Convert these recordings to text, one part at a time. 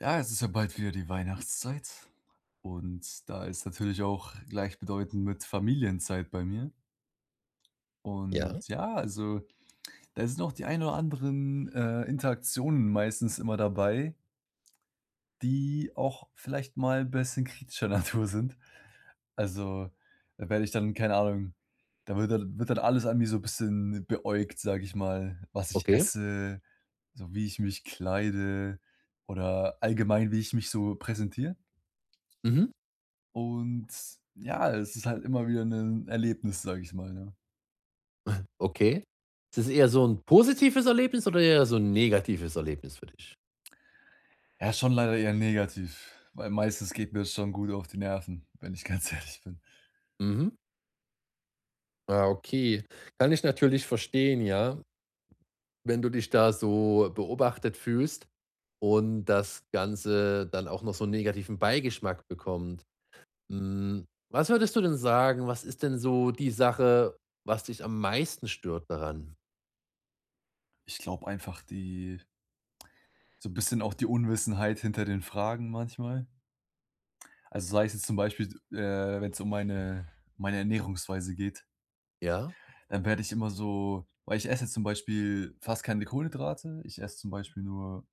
Ja, es ist ja bald wieder die Weihnachtszeit und da ist natürlich auch gleichbedeutend mit Familienzeit bei mir. Und Ja. ja, also da sind auch die ein oder anderen Interaktionen meistens immer dabei, die auch vielleicht mal ein bisschen kritischer Natur sind. Also da werde ich dann, keine Ahnung, da wird dann alles an mir so ein bisschen beäugt, sage ich mal, was ich Okay. esse, so wie ich mich kleide oder allgemein, wie ich mich so präsentiere. Mhm. Und ja, es ist halt immer wieder ein Erlebnis, sage ich mal, ne? Okay. Ist es eher so 'n positives Erlebnis oder eher so 'n negatives Erlebnis für dich? Ja, schon leider eher negativ, weil meistens geht mir das schon gut auf die Nerven, wenn ich ganz ehrlich bin. Mhm. Ah, okay. Kann ich natürlich verstehen, ja. Wenn du dich da so beobachtet fühlst und das Ganze dann auch noch so 'n negativen Beigeschmack bekommt. Hm, was würdest du denn sagen, was ist denn so die Sache, was dich am meisten stört daran? Ich glaube einfach die so 'n bisschen auch die Unwissenheit hinter den Fragen manchmal. Also, sei es jetzt zum Beispiel, wenn es um meine Ernährungsweise geht, Ja, dann werde ich immer so, weil ich esse jetzt zum Beispiel fast keine Kohlenhydrate. Ich esse zum Beispiel nur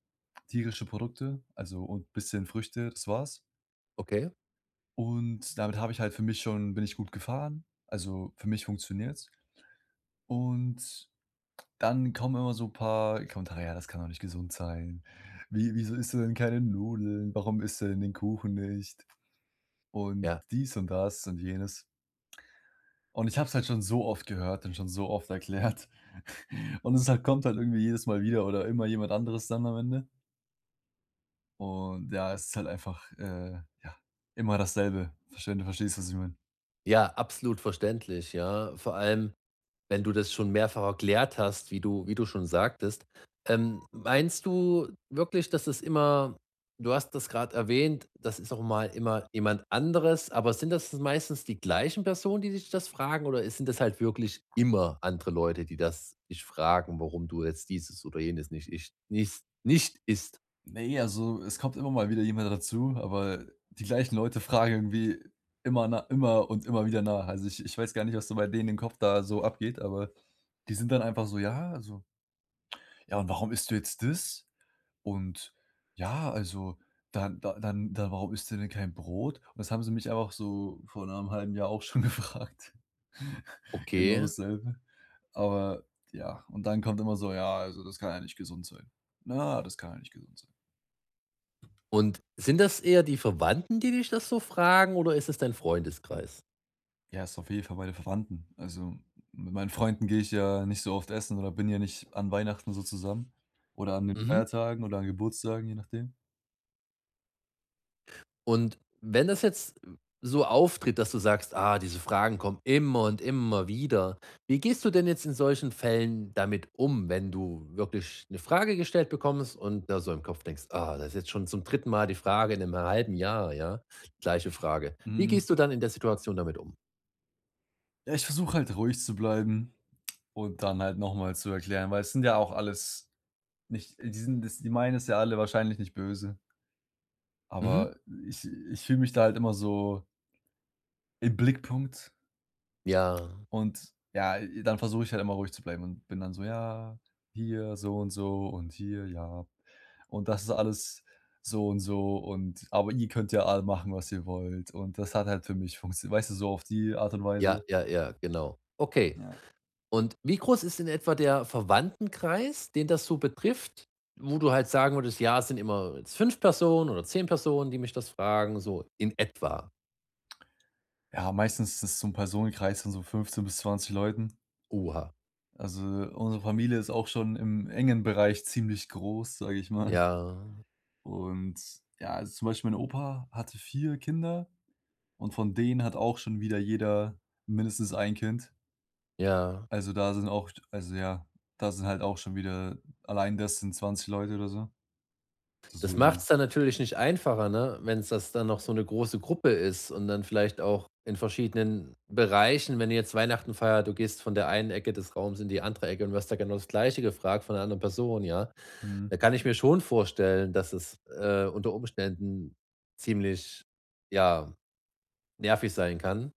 tierische Produkte, also, und ein bisschen Früchte, das war's. okay. Und damit habe ich halt für mich schon, bin ich gut gefahren. Also, für mich funktioniert's. Und dann kommen immer so ein paar Kommentare: „Ja, das kann doch nicht gesund sein. Wieso isst du denn keine Nudeln? Warum isst du denn den Kuchen nicht?" Und Ja. dies und das und jenes. Und ich habe es halt schon so oft gehört und schon so oft erklärt. Und es halt kommt halt irgendwie jedes Mal wieder oder immer jemand anderes dann am Ende. Und ja, es ist halt einfach, ja, immer dasselbe. Verstehst wenn du verstehst, was ich meine. Ja, absolut verständlich, ja. Vor allem, wenn du das schon mehrfach erklärt hast, wie du schon sagtest. Meinst du wirklich, dass es immer — du hast das gerade erwähnt, das ist auch mal immer jemand anderes —, aber sind das meistens die gleichen Personen, die dich das fragen, oder sind das halt wirklich immer andere Leute, die das dich fragen, warum du jetzt dieses oder jenes nicht ischt nicht nicht ist? Ne, also, es kommt immer mal wieder jemand dazu, aber die gleichen Leute fragen irgendwie immer und immer wieder nach. Also, ich weiß gar nicht, was da bei denen im Kopf da so abgeht, aber die sind dann einfach so: „Ja, also, ja, und warum isst du jetzt das? Und ja, also, dann da dann dann warum isst du denn kein Brot?" Und das haben sie mich einfach so vor 'nem halben Jahr auch schon gefragt. Genau Okay. dasselbe. Aber ja, und dann kommt immer so: „Ja, also, das kann ja nicht gesund sein. Na, das kann ja nicht gesund sein." Und sind das eher die Verwandten, die dich das so fragen, oder ist es dein Freundeskreis? Ja, ist auf jeden Fall bei den Verwandten. Also, mit meinen Freunden gehe ich ja nicht so oft essen oder bin ja nicht an Weihnachten so zusammen oder an den Mhm. Feiertagen oder an Geburtstagen, je nachdem. Und wenn das jetzt so auftritt, dass du sagst: „Ah, diese Fragen kommen immer und immer wieder.“ Wie gehst du denn jetzt in solchen Fällen damit um, wenn du wirklich eine Frage gestellt bekommst und da so im Kopf denkst: „Ah, das ist jetzt schon zum dritten Mal die Frage in einem halben Jahr, ja, gleiche Frage.“ Wie Hm, gehst du dann in der Situation damit um? ja, ich versuche halt ruhig zu bleiben und dann halt noch mal zu erklären, weil es sind ja auch alles nicht, die sind das die meinen es ja alle wahrscheinlich nicht böse, Mhm. aber ich ich fühle mich da halt immer so im Blickpunkt. Ja, Und ja, dann versuche ich halt immer ruhig zu bleiben und bin dann so: „Ja, hier so und so und hier, ja. Und das ist alles so und so, und aber ihr könnt ja alle machen, was ihr wollt." Und das hat halt für mich funktioniert, weißt du, so auf die Art und ja, Weise. ja, ja, genau. Okay. Ja. Und wie groß ist in etwa der Verwandtenkreis, den das so betrifft, wo du halt sagen würdest, ja, es sind immer jetzt 5 Personen oder 10 Personen, die mich das fragen, so in etwa. Ja, meistens ist es so 'n Personenkreis von so 15 bis 20 Leuten. Oha. Also, unsere Familie ist auch schon im engen Bereich ziemlich groß, sage ich mal. Mhm. Ja, Und ja, also, zum Beispiel mein Opa hatte 4 Kinder. Und von denen hat auch schon wieder jeder mindestens ein Kind. ja. Also, da sind auch, also, ja, da sind halt auch schon wieder, allein das sind 20 Leute oder so. Das macht es Deswegen. dann natürlich nicht einfacher, ne, wenn es das dann noch so eine große Gruppe ist und dann vielleicht auch in verschiedenen Bereichen, wenn ihr jetzt Weihnachten feiert, du gehst von der einen Ecke des Raums in die andere Ecke und wirst da genau das Gleiche gefragt von einer anderen Person, ja. Mhm. Da kann ich mir schon vorstellen, dass es, unter Umständen ziemlich, ja, nervig sein kann,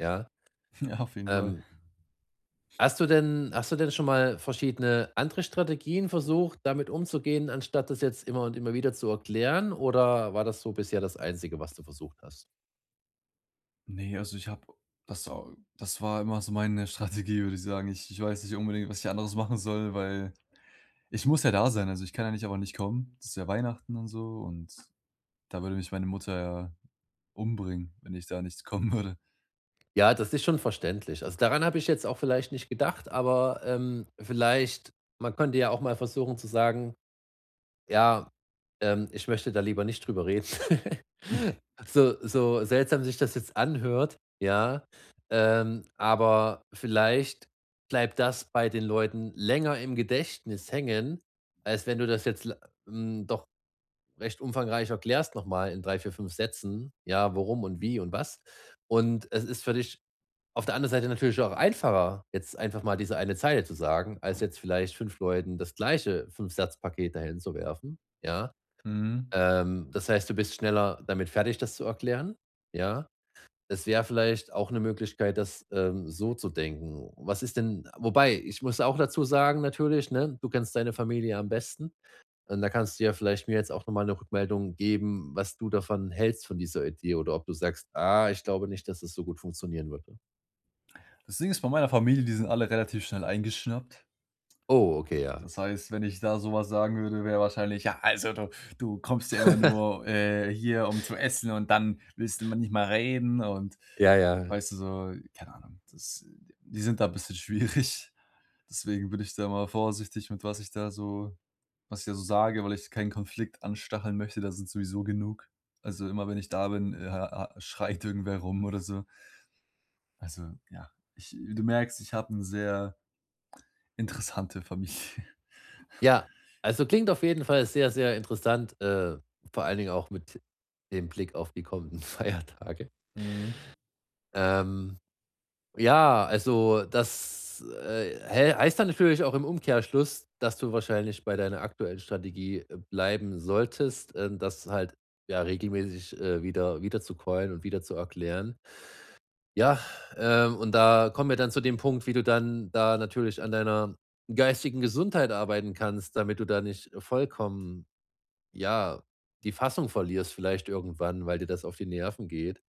ja? Ja, auf jeden Fall. Ähm, hast du denn schon mal verschiedene andere Strategien versucht, damit umzugehen, anstatt das jetzt immer und immer wieder zu erklären, oder war das so bisher das Einzige, was du versucht hast? Ne, also, ich habe das war immer so meine Strategie, würde ich sagen. Ich weiß nicht unbedingt, was ich anderes machen soll, weil ich muss ja da sein. Also, ich kann ja nicht einfach nicht kommen. Das ist ja Weihnachten und so, und da würde mich meine Mutter ja umbringen, wenn ich da nicht kommen würde. Ja, das ist schon verständlich. Also, daran habe ich jetzt auch vielleicht nicht gedacht, aber vielleicht man könnte ja auch mal versuchen zu sagen: „Ja, ich möchte da lieber nicht drüber reden.“ So so seltsam sich das jetzt anhört, ja, aber vielleicht bleibt das bei den Leuten länger im Gedächtnis hängen, als wenn du das jetzt doch recht umfangreich erklärst, nochmal in 3, 4, 5 Sätzen, ja, warum und wie und was. Und es ist für dich auf der anderen Seite natürlich auch einfacher, jetzt einfach mal diese eine Zeile zu sagen, als jetzt vielleicht 5 Leuten das gleiche Fünf-Satz-Paket dahin zu werfen, ja? Mhm. Das heißt, du bist schneller damit fertig, das zu erklären, ja? Es wäre vielleicht auch eine Möglichkeit, das so zu denken. Was ist denn, wobei, ich muss auch dazu sagen natürlich, ne, du kennst deine Familie am besten, und da kannst du ja vielleicht mir jetzt auch nochmal eine Rückmeldung geben, was du davon hältst von dieser Idee, oder ob du sagst: „Ah, ich glaube nicht, dass das so gut funktionieren würde.“ Das Ding ist, bei meiner Familie, die sind alle relativ schnell eingeschnappt. Oh, okay, ja. Das heißt, wenn ich da sowas sagen würde, wäre wahrscheinlich: „Ja, also du kommst ja immer nur, hier, um zu essen, und dann willst du immer nicht mal reden" und Ja, ja. weißt du, so, keine Ahnung, das die sind da ein bisschen schwierig. Deswegen bin ich da mal vorsichtig mit, was ich da so sage, weil ich keinen Konflikt anstacheln möchte, da sind sowieso genug. Also, immer wenn ich da bin, ha schreit irgendwer rum oder so. Also, ja, ich du merkst, ich habe 'ne sehr interessante Familie. Ja, also klingt auf jeden Fall sehr, sehr interessant, vor allen Dingen auch mit dem Blick auf die kommenden Feiertage. Mhm. Ähm, ja, also das hä heißt dann natürlich auch im Umkehrschluss, dass du wahrscheinlich bei deiner aktuellen Strategie bleiben solltest, das halt, ja, regelmäßig wieder zu callen und wieder zu erklären. Ja, und da kommen wir dann zu dem Punkt, wie du dann da natürlich an deiner geistigen Gesundheit arbeiten kannst, damit du da nicht vollkommen, ja, die Fassung verlierst vielleicht irgendwann, weil dir das auf die Nerven geht.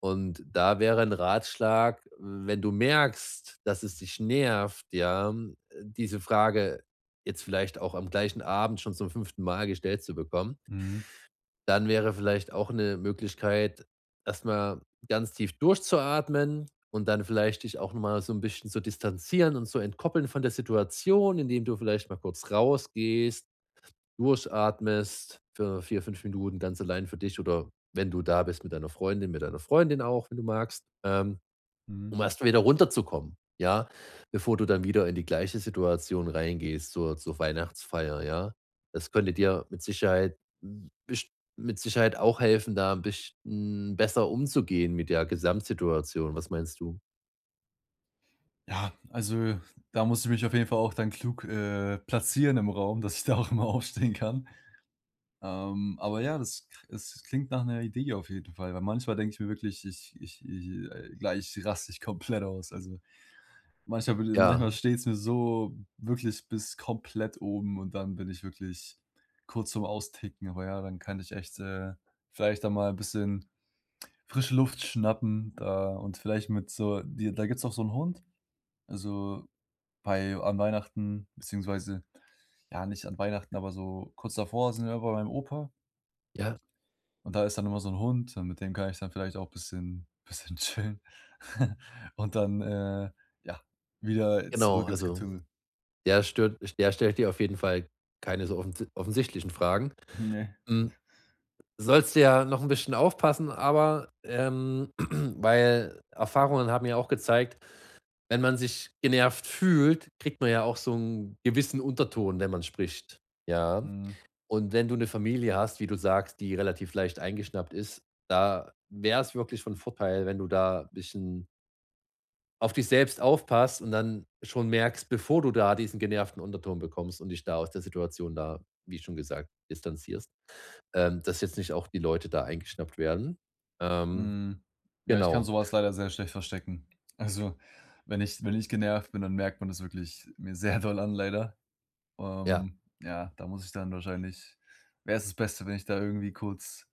Und da wäre ein Ratschlag: Wenn du merkst, dass es dich nervt, ja, diese Frage jetzt vielleicht auch am gleichen Abend schon zum fünften Mal gestellt zu bekommen, Mhm. dann wäre vielleicht auch eine Möglichkeit, erst mal ganz tief durchzuatmen und dann vielleicht dich auch noch mal so ein bisschen zu distanzieren und zu entkoppeln von der Situation, indem du vielleicht mal kurz rausgehst, durchatmest für 4 5 Minuten ganz allein für dich, oder wenn du da bist mit deiner Freundin auch, wenn du magst, Mhm. um erst wieder runterzukommen, ja, bevor du dann wieder in die gleiche Situation reingehst, zur Weihnachtsfeier, ja. Das könnte dir m best mit Sicherheit auch helfen, da ein bisschen besser umzugehen mit der Gesamtsituation. Was meinst du? Ja, also, da muss ich mich auf jeden Fall auch dann klug, platzieren im Raum, dass ich da auch immer aufstehen kann. Aber ja, das k es klingt nach einer Idee auf jeden Fall, weil manchmal denke ich mir wirklich, gleich raste ich komplett aus. Also, manchmal würde manchmal Ja, steht's mir so wirklich bis komplett oben und dann bin ich wirklich kurz vorm Austicken. Aber ja, dann kann ich echt, vielleicht da mal ein bisschen frische Luft schnappen da und vielleicht mit so die da, gibt's auch so einen Hund, also. Bei An Weihnachten beziehungsweise, ja, nicht an Weihnachten, aber so kurz davor, sind wir bei meinem Opa ja, und da ist dann immer so ein Hund und mit dem kann ich dann vielleicht auch ein bisschen chillen. Und dann, ja, wieder genau. zurück ins Also, Getümmel. Der stellt dir auf jeden Fall keine so offensichtlichen Fragen. Ne. Hm. Sollst du ja noch ein bisschen aufpassen, aber weil Erfahrungen haben ja auch gezeigt, wenn man sich genervt fühlt, kriegt man ja auch so einen gewissen Unterton, wenn man spricht, ja? Mhm, Und wenn du eine Familie hast, wie du sagst, die relativ leicht eingeschnappt ist, da wäre es wirklich von Vorteil, wenn du da ein bisschen auf dich selbst aufpasst und dann schon merkst, bevor du da diesen genervten Unterton bekommst und dich da aus der Situation, da, wie schon gesagt, distanzierst, dass jetzt nicht auch die Leute da eingeschnappt werden. Ähm, mhm. Ja, ich kann genau. sowas leider sehr schlecht verstecken. Also, wenn ich genervt bin, dann merkt man das wirklich mir sehr doll an, leider. Ja, Ja, da muss ich dann wahrscheinlich wäre es das Beste, wenn ich da irgendwie kurz,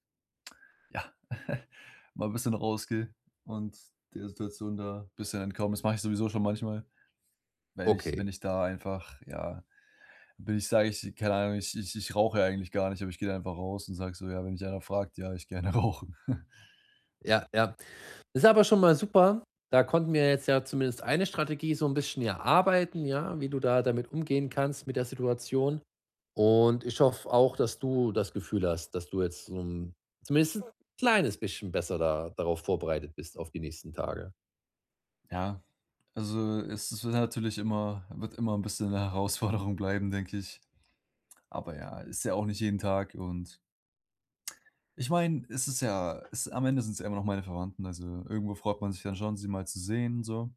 ja. Mal 'n bisschen rausgehe und der Situation da ein bisschen entkomme. Das mache ich sowieso schon manchmal, wenn okay. ich da einfach, ja, bin ich sage, ich, keine Ahnung, ich rauche ja eigentlich gar nicht, aber ich gehe da einfach raus und sage so: „Ja", wenn mich einer fragt: „Ja, ich gerne rauchen." Ja, ja. Das ist aber schon mal super. Da konnten wir jetzt ja zumindest eine Strategie so ein bisschen erarbeiten, ja, wie du da damit umgehen kannst mit der Situation. Und ich hoffe auch, dass du das Gefühl hast, dass du jetzt so 'n zumindest ein kleines bisschen besser da darauf vorbereitet bist auf die nächsten Tage. Ja, also, es wird natürlich immer, wird immer ein bisschen eine Herausforderung bleiben, denke ich. Aber ja, ist ja auch nicht jeden Tag, und ich meine, es am Ende sind's ja immer noch meine Verwandten, also irgendwo freut man sich dann schon, sie mal zu sehen, so.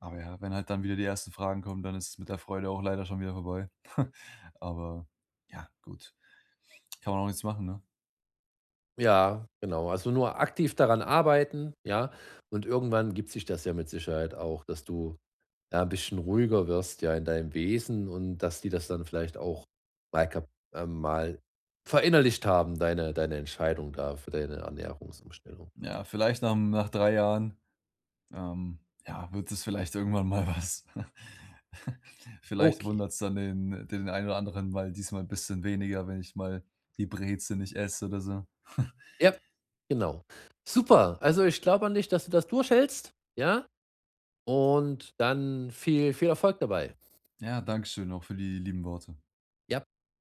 Aber ja, wenn halt dann wieder die ersten Fragen kommen, dann ist es mit der Freude auch leider schon wieder vorbei. Aber ja, gut, kann man auch nichts machen, ne? Ja, genau. Also, nur aktiv daran arbeiten, ja? Und irgendwann gibt sich das ja mit Sicherheit auch, dass du, ja, 'n bisschen ruhiger wirst, ja, in deinem Wesen, und dass die das dann vielleicht auch mal kap mal verinnerlicht haben, deine Entscheidung da für deine Ernährungsumstellung. Ja, vielleicht nach 3 Jahren, ähm, ja, wird es vielleicht irgendwann mal was. Vielleicht Okay. wundert es dann den einen oder anderen mal, diesmal ein bisschen weniger, wenn ich mal die Brezel nicht esse oder so. Ja, genau. Super. Also, ich glaube an dich, dass du das durchhältst, ja? Und dann viel viel Erfolg dabei. Ja, danke schön auch für die lieben Worte. Ja.